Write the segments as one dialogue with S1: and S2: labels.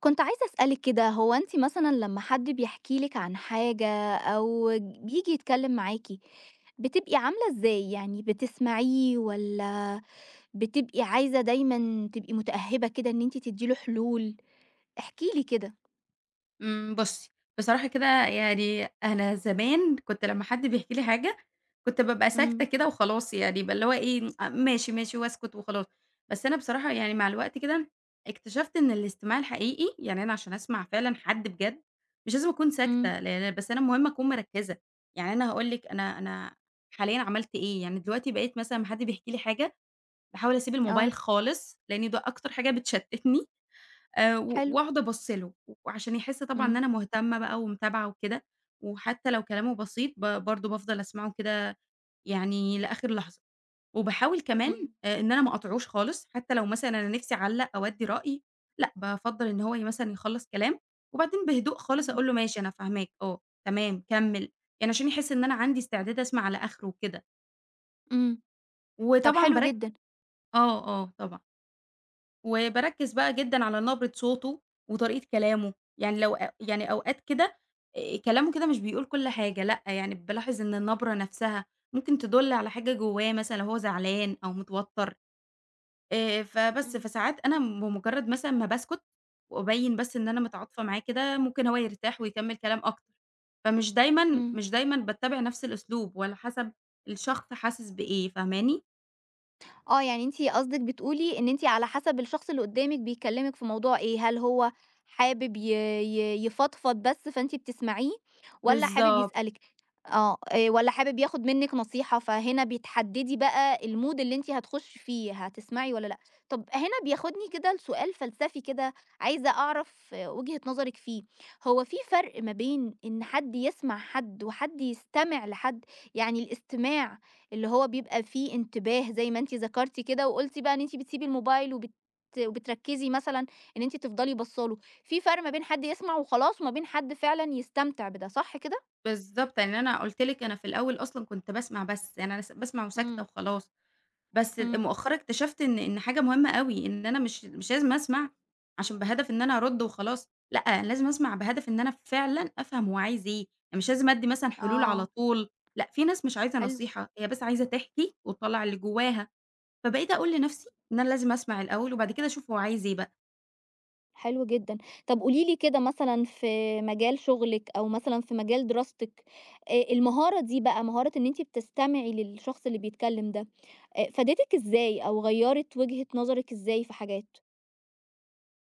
S1: كنت عايزة أسألِك كده، هو أنتِ مثلًا لمّا حد بيحكي لِك عن حاجة أو بييجي يتكلم معاكِ، بتبقي عاملة إزاي؟ يعني بتسمعيه والّا بتبقي عايزة دايمًا تبقي متأهبة كده إن أنتِ تدّي له حلول؟ احكي لي كده.
S2: بُصّي، بصراحة كده يعني أنا زمان كنت لمّا حد بيحكي لي حاجة، كنت بابقى ساكتة
S1: إمم،
S2: كده وخلاص يعني بقى اللي هو إيه، آه، ماشي، ماشي واسكت وخلاص. بس أنا بصراحة يعني مع الوقت كده اكتشفت إن الاستماع الحقيقي، يعني أنا عشان أسمع فعلًا حد بجد، مش لازم أكون
S1: إمم،
S2: ساكتة، لأن بس أنا المهم أكون مركّزة. يعني أنا هاقول لِك أنا حاليًا عملت إيه، يعني دلوقتي بقيت مثلًا لمّا حد بيحكي لي حاجة، باحاول أسيب الموبايل
S1: آه،
S2: خالص، لإن ده أكتر حاجة بتشتتني. و
S1: حلو،
S2: واقعد أبَص له، وعشان يحس طبعًا إن
S1: إمم،
S2: أنا مهتمة بقى ومتابعة وكده، وحتى لو كلامه بسيط برضه بافضل أسمعه كده يعني لآخر لحظة، وباحاول كمان
S1: إمم،
S2: إن أنا ما اقاطعوش خالص، حتى لو مثلًا أنا نِفْسي أعلّق أو أدّي رأي، لأ بافضّل إن هو مثلًا يخلّص كلام، وبعدين بهدوء خالص
S1: إمم،
S2: أقول له ماشي أنا فاهماك آه، تمام كمّل، يعني عشان يحس إن أنا عندي استعداد أسمع على آخره وكده،
S1: إمم، طب
S2: وطبعًا
S1: حلو
S2: بارك
S1: جدًا،
S2: آه، آه طبعًا. وباركّز بقى جدًا على نبرة صوته وطريقة كلامه، يعني لو أ يعني أوقات كده كلامه كده مش بيقول كل حاجة، لأ، يعني بالاحظ إن النبرة نفسها ممكن تدُل على حاجة جوّاه مثلًا لو هو زعلان أو متوتر
S1: إمم،
S2: فساعات أنا بمجرد مثلًا ما باسكت وأبيّن بس إن أنا متعاطفة معاه كده، ممكن هو يرتاح ويكمّل كلام أكتر، فمش دايمًا
S1: إمم.
S2: مش دايمًا باتّبع نفس الأسلوب وعلى حسب الشخص حاسس بإيه، فاهماني؟
S1: آه، يعني أنتِ قصدِك بتقولي إن أنتِ على حسب الشخص اللي قدّامِك بيكلّمِك في موضوع إيه، هل هو حابب ي يفضفض بس فأنتِ بتسمعيه، والّا حابب
S2: بالضبط.
S1: يسألِك؟ آه، والّا حابب ياخد منِّك نصيحة، فهنا بتحدّدي بقى الmood اللي أنتِ هتخشّي فيه، هتسمعي والّا لأ. طَب هنا بياخدني كده لسؤال فلسفي كده عايزة أعرف آه، وجهة نظرِك فيه، هو في فرق ما بين إن حد يسمع حد وحد يستمع لحد؟ يعني الاستماع اللي هو بيبقى فيه انتباه زي ما أنتِ ذكرتِ كده، وقُلتِ بقى إن أنتِ بتسيبي الموبايل وبتركّزي مثلًا إن أنتِ تفضلي باصة له، في فرق ما بين حد يسمع وخلاص وما بين حد فعلًا يستمتع بده، صح كده؟
S2: بالضبط، يعني أنا قُلت لِك أنا في الأول أصلًا كنت باسمع بس، يعني أنا باسمع وساكتة
S1: إمم،
S2: وخلاص، بس
S1: إمم،
S2: مؤخرًا اكتشفت إن حاجة مهمة أوي، إن أنا مش لازم أسمع عشان بهدف إن أنا أرُد وخلاص، لأ، أنا لازم أسمع بهدف إن أنا فعلًا أفهم هو عايز إيه، أنا مش لازم أدّي مثلًا حلول على
S1: آه،
S2: طول، لأ، في ناس مش عايزة
S1: حلو،
S2: نصيحة، هي بس عايزة تحكي وتطلّع اللي جواها، فبقيت أقول لنفسي إن أنا لازم أسمع الأول وبعد كده أشوف هو عايز إيه بقى.
S1: حلو جدًا. طَب قولي لي كده مثلًا في مجال شغلِك أو مثلًا في مجال دراستِك، المهارة دي بقى، مهارة إن أنتِ بتستمعي للشخص اللي بيتكلم ده، فادتِك إزاي أو غيّرت وجهة نظرِك إزاي في حاجات؟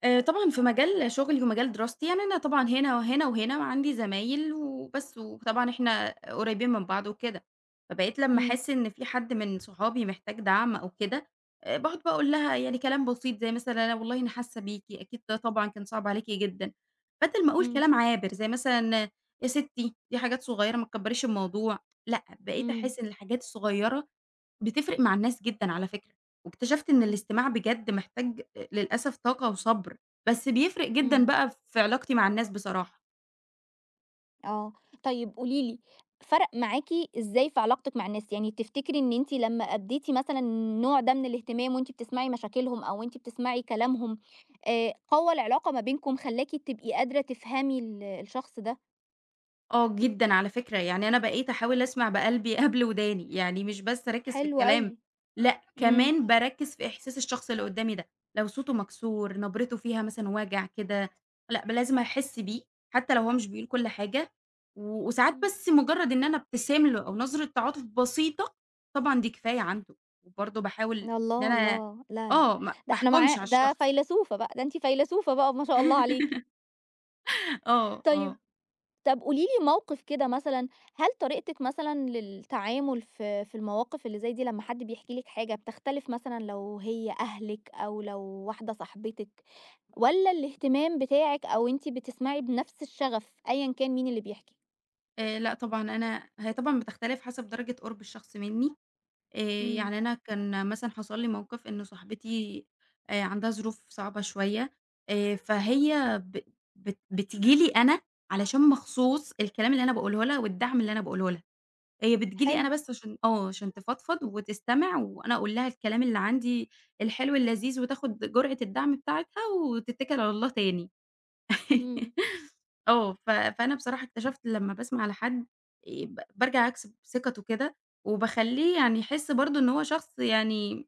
S2: طبعًا في مجال شغلي ومجال دراستي، يعني أنا طبعًا هنا وهنا وهنا وعندي زمايل وبس، وطبعًا إحنا قريبين من بعض وكده، فبقيت لمّا
S1: إمم،
S2: أحس إن في حد من صحابي محتاج دعم أو كده، باقعد بقى أقول لها يعني كلام بسيط زي مثلًا أنا والله حاسة بيكِ، أكيد ده طبعًا كان صعب عليكِ جدًا، بدل ما أقول
S1: إمم،
S2: كلام عابر زي مثلًا يا ستي دي حاجات صغيرة ما تكبريش الموضوع، لأ بقيت
S1: إمم،
S2: أحس إن الحاجات الصغيرة بتفرق مع الناس جدًا على فكرة، واكتشفت إن
S1: إمم،
S2: الاستماع بجد محتاج للأسف طاقة وصبر، بس بيفرق جدًا
S1: إمم.
S2: بقى في علاقتي مع الناس بصراحة.
S1: آه، طيب قولي لي فرق معاكِ إزاي في علاقتِك مع الناس؟ يعني تفتكري إن أنتِ لمّا أديتِ مثلًا النوع ده من الاهتمام وأنتِ بتسمعي مشاكلهم أو وأنتِ بتسمعي كلامهم، قوّى العلاقة ما بينكم، خلّاكِ تبقي قادرة تفهمي الشخص ده؟
S2: آه جدًا على فكرة، يعني أنا بقيت أحاول أسمع بقلبي قبل وداني، يعني مش بس أركّز في
S1: حلو
S2: الكلام،
S1: أوي،
S2: لأ
S1: إمم،
S2: كمان باركّز في إحساس الشخص اللي قدّامي ده، لو صوته مكسور، نبرته فيها مثلًا وجع كده، لأ ب لازم أحس بيه، حتى لو هو مش بيقول كل حاجة، وساعات
S1: إمم.
S2: بس مجرد إن أنا أبتسم له أو نظرة تعاطف بسيطة، طبعًا دي كفاية عنده، وبرضه باحاول إن
S1: الله،
S2: أنا
S1: الله، لا، لا،
S2: آه ما
S1: ده إحنا
S2: باحكمش على
S1: معاه ده
S2: الشخص.
S1: فيلسوفة بقى، ده أنتِ فيلسوفة بقى ما شاء الله عليكِ.
S2: آه، آه،
S1: طيب طب قولي لي موقف كده مثلًا، هل طريقتِك مثلًا للتعامل في في المواقف اللي زي دي لمّا حد بيحكي لِك حاجة بتختلف مثلًا لو هي أهلِك أو لو واحدة صاحبتِك، والّا الاهتمام بتاعِك أو أنتِ بتسمعي بنفس الشغف أيًا كان مين اللي بيحكي؟
S2: لأ طبعًا هي طبعًا بتختلف حسب درجة قرب الشخص منّي، آآ
S1: إمم.
S2: يعني أنا كان مثلًا حصل لي موقف إن صاحبتي عندها ظروف صعبة شوية،
S1: إمم.
S2: فهي ب بت بتيجي لي أنا علشان مخصوص الكلام اللي أنا باقوله لها والدعم اللي أنا باقوله لها، هي بتيجي لي أنا
S1: حلو.
S2: بس عشان آه، عشان تفضفض وتستمع وأنا أقول لها الكلام اللي عندي الحلو اللذيذ وتاخد جرعة الدعم بتاعتها وتتكل على الله تاني.
S1: إمم،
S2: آه، فأنا بصراحة اكتشفت لمّا باسمع لحد ب بارجع أكسب ثقته كده، وباخلّيه يعني يحس برضه إن هو شخص يعني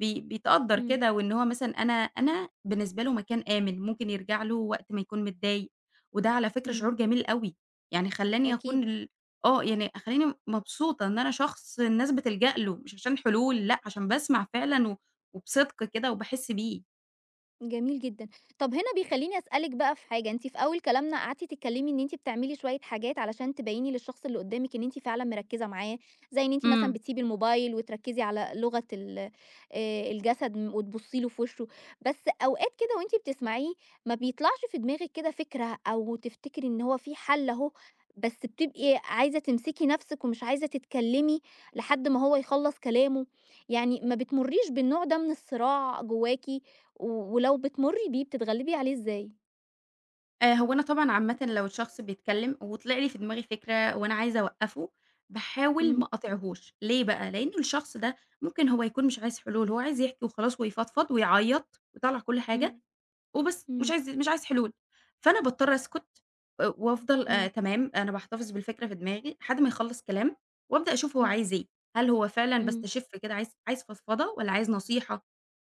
S2: بيتقدّر
S1: إمم،
S2: كده، وإن هو مثلًا أنا بالنسبة له مكان آمن، ممكن يرجع له وقت ما يكون متضايق، وده على فكرة
S1: إمم،
S2: شعور جميل أوي، يعني خلّاني أكون
S1: أكيد.
S2: ال آه، يعني خلّاني مبسوطة إن أنا شخص الناس بتلجأ له، مش عشان حلول لأ، عشان باسمع فعلًا وبصدق كده وباحس بيه.
S1: جميل جدًا. طب هنا بيخلّيني أسألِك بقى في حاجة، أنتِ في أول كلامنا قعدتِ تتكلّمي إن أنتِ بتعملي شوية حاجات علشان تبيّني للشخص اللي قدّامِك إن أنتِ فعلًا مركّزة معاه، زي إن أنتِ مثلًا
S2: إمم.
S1: بتسيبي الموبايل وتركّزي على لغة الجسد وتبُصّي له في وشه، بس أوقات كده وأنتِ بتسمعيه ما بيطلعش في دماغِك كده فكرة أو تفتكري إن هو في حَل أهو، بس بتبقي عايزة تمسكي نَفْسِك ومش عايزة تتكلّمي لحد ما هو يخلّص كلامه، يعني ما بتمُرّيش بالنوع ده من الصراع جواكِ و ولو بتمُرّي بيه بتتغلّبي عليه إزاي؟
S2: هو أنا طبعًا عامةً لو الشخص بيتكلّم وطلع لي في دماغي فكرة وأنا عايزة أوقّفه، باحاول ما
S1: إمم،
S2: أقاطعهوش، ليه بقى؟ لإن الشخص ده ممكن هو يكون مش عايز حلول، هو عايز يحكي وخلاص ويفضفض ويعيّط ويطلّع كل حاجة
S1: إمم،
S2: وبس،
S1: إمم،
S2: مش عايز حلول، فأنا باضطر أسكت وأفضل
S1: إمم،
S2: تمام، أنا باحتفظ بالفكرة في دماغي لحد ما يخلّص كلام وأبدأ أشوف هو عايز إيه، هل هو فعلًا
S1: إمم،
S2: باستشِف كده عايز فضفضة والّا عايز نصيحة؟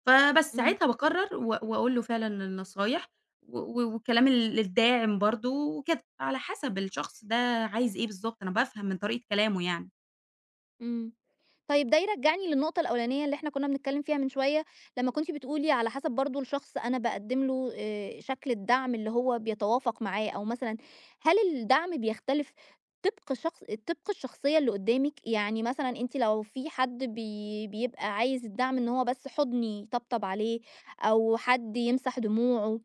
S2: فبس
S1: إمم،
S2: ساعتها باقرّر وأقول له فعلًا النصايح و والكلام الداعم برضه وكده، على حسب الشخص ده عايز إيه بالضبط، أنا بافهم من طريقة كلامه يعني.
S1: إمم. طيب ده يرجّعني للنقطة الأولانية اللي إحنا كنا بنتكلّم فيها من شوية، لمّا كنتِ بتقولي على حسب برضه الشخص أنا باقدّم له شكل الدعم اللي هو بيتوافق معاه، أو مثلًا هل الدعم بيختلف طبق شخص طبق الشخصية اللي قدّامِك؟ يعني مثلًا أنتِ لو في حد بيبقى عايز الدعم إن هو بس حُضن يطبطب عليه، أو حد يمسح دموعه،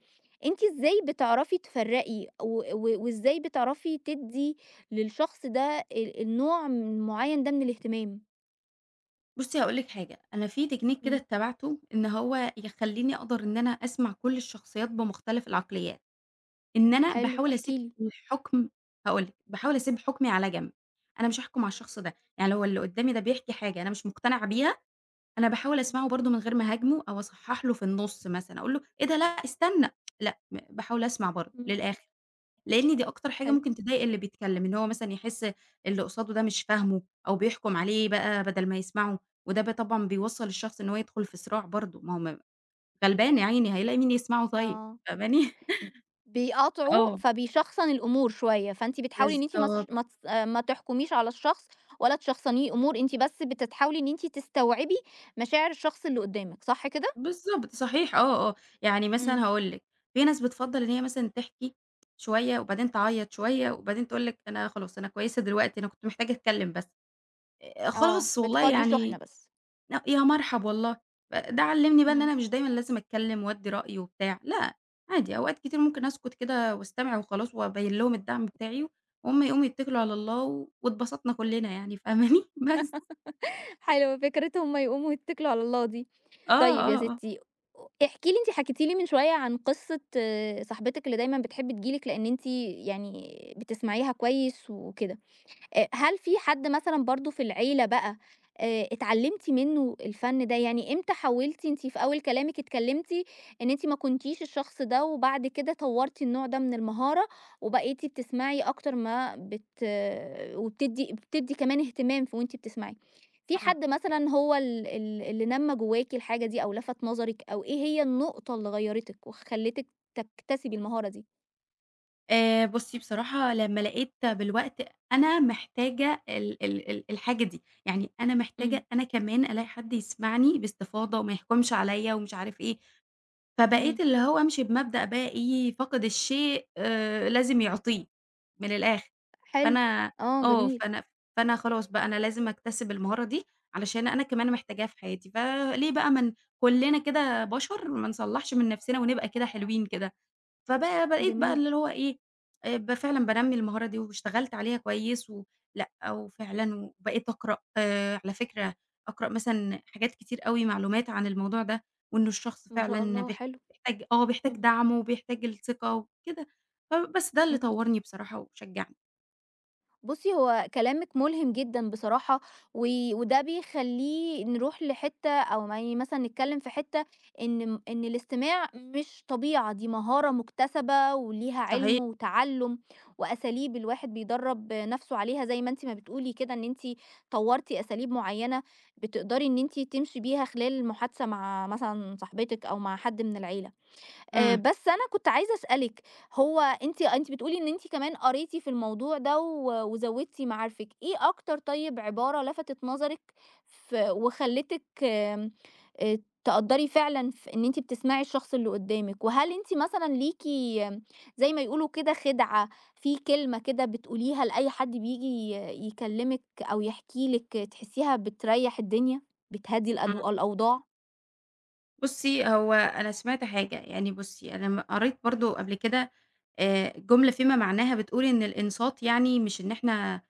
S1: أنتِ إزاي بتعرفي تفرّقي و و وإزاي بتعرفي تدّي للشخص ده النوع معيّن ده من الاهتمام؟
S2: بُصّي هاقول لِك حاجة، أنا في technique كده
S1: إمم.
S2: اتّبعته إن هو يخلّيني أقدر إن أنا أسمع كل الشخصيات بمختلف العقليات، إن أنا
S1: حلو،
S2: باحاول
S1: احكِ
S2: أسيب
S1: لي.
S2: الحُكم هاقول لِك، باحاول أسيب حُكمي على جنب، أنا مش هاحكم على الشخص ده، يعني لو اللي قدّامي ده بيحكي حاجة أنا مش مقتنعة بيها أنا باحاول
S1: إمم،
S2: أسمعه برضه من غير ما أهاجمه أو أصحّح له في النُص مثلًا، أقول له إيه ده لأ استنى، لأ م باحاول أسمع برضه
S1: إمم.
S2: للآخر، لإن دي أكتر حاجة
S1: حلو.
S2: ممكن تضايق اللي بيتكلم، إن هو مثلًا يحس اللي قصاده ده مش فاهمه أو بيحكم عليه بقى بدل ما يسمعه، وده طبعًا بيوصّل الشخص إن هو يدخل في صراع برضه، ما هو م غلبان يا عيني هيلاقي مين يسمعه طيب،
S1: آه.
S2: فاهماني؟
S1: بيقاطعوا،
S2: آه،
S1: فبيشخصن الأمور شوية، فأنتِ بتحاولي إن أنتِ
S2: بالضبط.
S1: ما تس آه، ما تحكميش على الشخص ولا تشخصنيه أمور، أنتِ بس بتحاولي إن أنتِ تستوعبي مشاعر الشخص اللي قدامِك، صح كده؟
S2: بالضبط، صحيح آه، آه. يعني
S1: إمم،
S2: مثلًا هاقول لِك، في ناس بتفضّل إن هي مثلًا تحكي شوية وبعدين تعيّط شوية وبعدين تقول لك أنا خلاص أنا كويسة دلوقتي، أنا كنت محتاجة أتكلّم بس.
S1: آه.
S2: خلاص والله
S1: بتفضّي شحنة
S2: يعني
S1: بس.
S2: يا مرحب والله. ده علّمني بقى إن
S1: إمم.
S2: أنا مش دايمًا لازم أتكلّم وأدّي رأيي وبتاع، لأ، عادي أوقات كتير ممكن أسكت كده واستمع وخلاص وأبيّن لهم الدعم بتاعي وهم يقوموا يتّكلوا على الله واتبسطنا كُلّنا يعني فاهماني؟ بس.
S1: حلوة فكرة هُم يقوموا يتكلوا على الله دي.
S2: آه،
S1: طيب يا
S2: آه، آه.
S1: ستي، احكي لي أنتِ حكيتِ لي من شوية عن قصة آه، صاحبتِك اللي دايمًا بتحب تيجي لِك لأن أنتِ يعني بتسمعيها كويس وكده. هل في حد مثلًا برضه في العيلة بقى اتعلّمتِ منّه الفن ده؟ يعني إمتى حوّلتِ أنتِ في أول كلامِك اتكلّمتِ إن أنتِ ما كنتيش الشخص ده وبعد كده طوّرتِ النوع ده من المهارة وبقيتِ بتسمعي أكتر ما بت آه، وبتدّي بتدّي كمان اهتمام وأنتِ بتسمعي. في
S2: إمم.
S1: حد مثلًا هو ال ال اللي نمّى جواكِ الحاجة دي أو لَفَت نظرِك أو إيه هي النقطة اللي غيّرتِك وخلّتِك تكتسبي المهارة دي؟
S2: بُصّي بصراحة لمّا لقيت بالوقت أنا محتاجة ال ال ال الحاجة دي، يعني أنا
S1: إمم،
S2: محتاجة أنا كمان ألاقي حد يسمعني باستفاضة وما يحكمش عليَّ ومش عارف إيه، فبقيت
S1: إمم.
S2: اللي هو أمشي بمبدأ بقى إيه، فاقد الشيء لازم يعطيه، من الآخر،
S1: حلو.
S2: فأنا
S1: آه
S2: آه،
S1: جميل،
S2: فأنا فأنا خلاص بقى أنا لازم أكتسب المهارة دي علشان أنا كمان محتاجاها في حياتي، فليه بقى ما ن كلنا كده بشر ما نصلّحش من نفسنا ونبقى كده حلوين كده. بقيت بقى
S1: جميل.
S2: اللي هو إيه، ب فعلًا بانمّي المهارة دي واشتغلت عليها كويس لأ، وفعلًا وبقيت أقرأ على فكرة أقرأ مثلًا حاجات كتير أوي معلومات عن الموضوع ده، وإنه الشخص
S1: ما شاء
S2: فعلًا
S1: الله
S2: بيح
S1: حلو،
S2: بيحتاج آه، بيحتاج
S1: إمم،
S2: دعم وبيحتاج الثقة وكده، فبس ده اللي
S1: إمم.
S2: طوّرني بصراحة وشجّعني.
S1: بُصّي، هو كلامِك ملهم جدًا بصراحة، و وده بيخلّيه نروح لحتّة أو ما ي مثلًا نتكلّم في حتّة إن الاستماع مش طبيعة، دي مهارة مكتسبة وليها
S2: صحيح.
S1: علم وتعلُّم وأساليب الواحد بيدرّب نَفْسه عليها زي ما أنتِ ما بتقولي كده إن أنتِ طوّرتِ أساليب معيّنة بتقدري إن أنتِ تمشي بيها خلال المحادثة مع مثلًا صاحبتِك أو مع حد من العيلة.
S2: إمم،
S1: بس أنا كنت عايزة أسألِك، هو أنتِ بتقولي إن أنتِ كمان قريتِ في الموضوع ده و وزوّدتِ معارفِك، إيه أكتر طيب عبارة لفتت نظرِك وخلّتِك آمم، آآ، تقدّري فعلًا إن أنتِ بتسمعي الشخص اللي قدّامِك، وهل أنتِ مثلًا ليكِ زي ما يقولوا كده خدعة، في كلمة كده بتقوليها لأي حد بييجي يكلّمِك أو يحكي لِك تحسّيها بتريّح الدنيا، بتهدّي
S2: إمم.
S1: الأوضاع؟
S2: بُصّي، هو أنا سمعت حاجة، يعني بُصّي، أنا م قريت برضه قبل كده جملة فيما معناها بتقول إن الإنصات يعني مش إن إحنا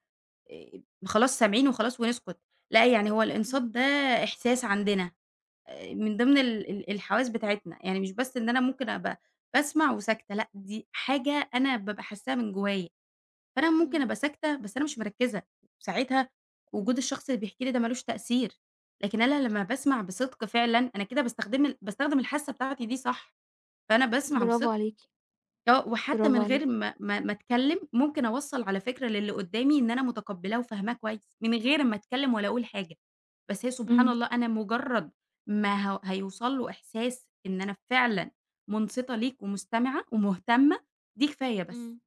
S2: خلاص سامعين وخلاص ونسكت، لأ يعني هو الإنصات
S1: إمم،
S2: ده إحساس عندنا، من ضمن ال ال الحواس بتاعتنا، يعني مش بس إن أنا ممكن أبقى باسمع وساكتة، لأ دي حاجة أنا بابقى حاساها من جوايا، فأنا ممكن
S1: إمم،
S2: أبقى ساكتة بس أنا مش مركزة، ساعتها وجود
S1: إمم.
S2: الشخص اللي بيحكي لي ده ما لوش تأثير، لكن أنا لمّا باسمع بصدق فعلًا أنا كده باستخدم الحاسة بتاعتي دي صح، فأنا باسمع
S1: برافو
S2: بصدق.
S1: عليكِ.
S2: آه، وحتى
S1: برافو
S2: من غير
S1: عليكِ.
S2: ما أتكلم، ممكن أوصّل على فكرة للي قدّامي إن أنا متقبّلاه وفاهماه كويس، من غير ما أتكلم ولا أقول حاجة، بس هي سبحان
S1: إمم،
S2: الله أنا مجرّد ما ه هيوصل له إحساس إن أنا فعلًا مُنصِتة ليك ومستمعة ومهتمة، دي كفاية بس.
S1: إمم،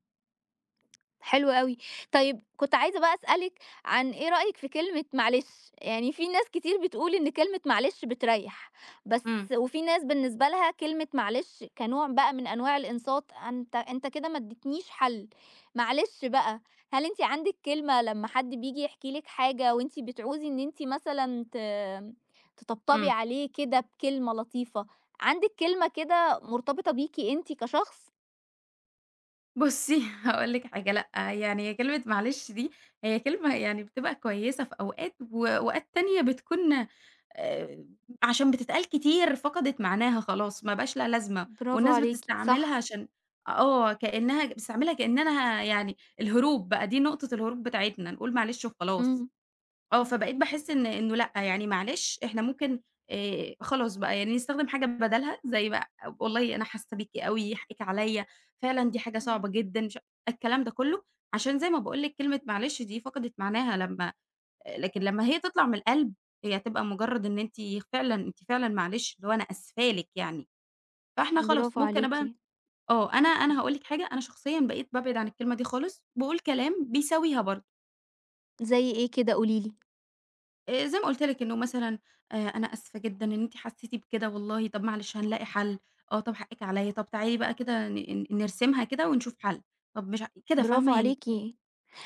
S1: حلو أوي. طيب كنت عايزة بقى أسألِك عن إيه رأيِك في كلمة معلش؟ يعني في ناس كتير بتقول إن كلمة معلش بتريّح، بس
S2: إمم،
S1: وفي ناس بالنسبة لها كلمة معلش كنوع بقى من أنواع الإنصات، أنت أنت كده ما اديتنيش حل، معلش بقى، هل أنتِ عندِك كلمة لمّا حد بييجي يحكي لِك حاجة وأنتِ بتعوزي إن أنتِ مثلًا تطبطبي
S2: إمم.
S1: عليه كده بكلمة لطيفة، عندِك كلمة كده مرتبطة بيكِ أنتِ كشخص؟
S2: بُصّي، هاقول لِك حاجة، لأ، يعني هي كلمة معلش دي هي كلمة يعني بتبقى كويسة في أوقات، وأوقات تانية بتكون آآ، عشان بتتقال كتير فقدت معناها خلاص، ما بقاش لها لازمة،
S1: برافو
S2: والناس
S1: عليكِ،
S2: بتستعملها
S1: صح،
S2: عشان آه، كأنها بتستعملها كأنها يعني الهروب بقى، دي نقطة الهروب بتاعتنا، نقول معلش وخلاص.
S1: إمم،
S2: آه،
S1: إمم،
S2: فبقيت باحس إنه لأ، يعني معلش إحنا ممكن خلاص بقى يعني نستخدم حاجة بدالها، زي بقى والله أنا حاسة بيكِ أوي، حقِّك عليَّ، فعلًا دي حاجة
S1: إمم،
S2: صعبة جدًا، مش الكلام ده كله، عشان زي ما باقول لِك كلمة معلش دي فقدت معناها لمّا لكن لمّا هي تطلع من القلب، هي هتبقى مجرد إن أنتِ فعلًا أنتِ فعلًا معلش، اللي هو أنا آسفة لِك يعني، فإحنا خلاص
S1: برافو
S2: ممكن أنا
S1: عليكِ،
S2: بقى آه، أنا هاقول
S1: إمم،
S2: لِك حاجة، أنا شخصيًا بقيت بابعد عن الكلمة دي خالص، باقول كلام بيساويها برضه.
S1: زي إيه كده قولي لي؟
S2: زي ما قُلت لِك إنه مثلًا أنا آسفة جدًا إن أنتِ حسّيتِ بكده والله، طَب معلش هنلاقي حَل، آه طَب حقِّك عليّا، طَب تعالي بقى كده ن ن نرسمها كده ونشوف حَل، طَب مش ع كده
S1: برافو
S2: فاهمة؟ يعني
S1: عليكِ،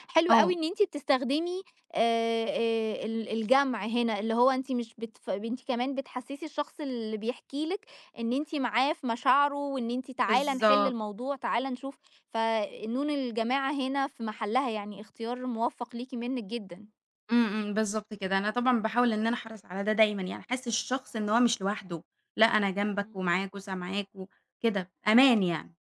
S1: حلو أوي
S2: آه،
S1: إن أنتِ بتستخدمي الجمع هنا، اللي هو أنتِ مش بتف أنتِ كمان بتحسّسي الشخص اللي بيحكي لِك إن أنتِ معاه في مشاعره، وإن أنتِ تعالَ نحل
S2: بالضبط،
S1: الموضوع، تعالَ نشوف، فنون الجماعة هنا في محلها، يعني اختيار موفّق ليكِ منِّك جدًا.
S2: إمم، إمم، بالضبط كده. أنا طبعًا باحاول إن أنا أحرص على ده دايمًا، يعني أحسّس الشخص إن هو مش لوحده، لأ أنا جنبك
S1: إمم.
S2: ومعاك وسامعاك وكده، أمان يعني.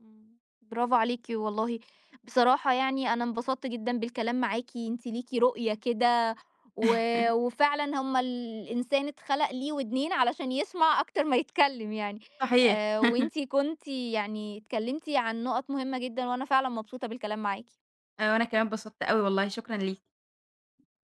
S1: إمم، برافو عليكِ والله، بصراحة يعني أنا انبسطت جدًا بالكلام معاكِ، أنتِ ليكِ رؤية كده و وفعلًا هم الإنسان اتخلق ليه ودنين علشان يسمع أكتر ما يتكلم يعني،
S2: صحيح.
S1: وأنتِ كنتِ يعني اتكلمتِ عن نقط مهمة جدًا، وأنا فعلًا مبسوطة بالكلام معاكِ.
S2: وأنا كمان اتبسطت أوي والله، شكرًا ليكِ.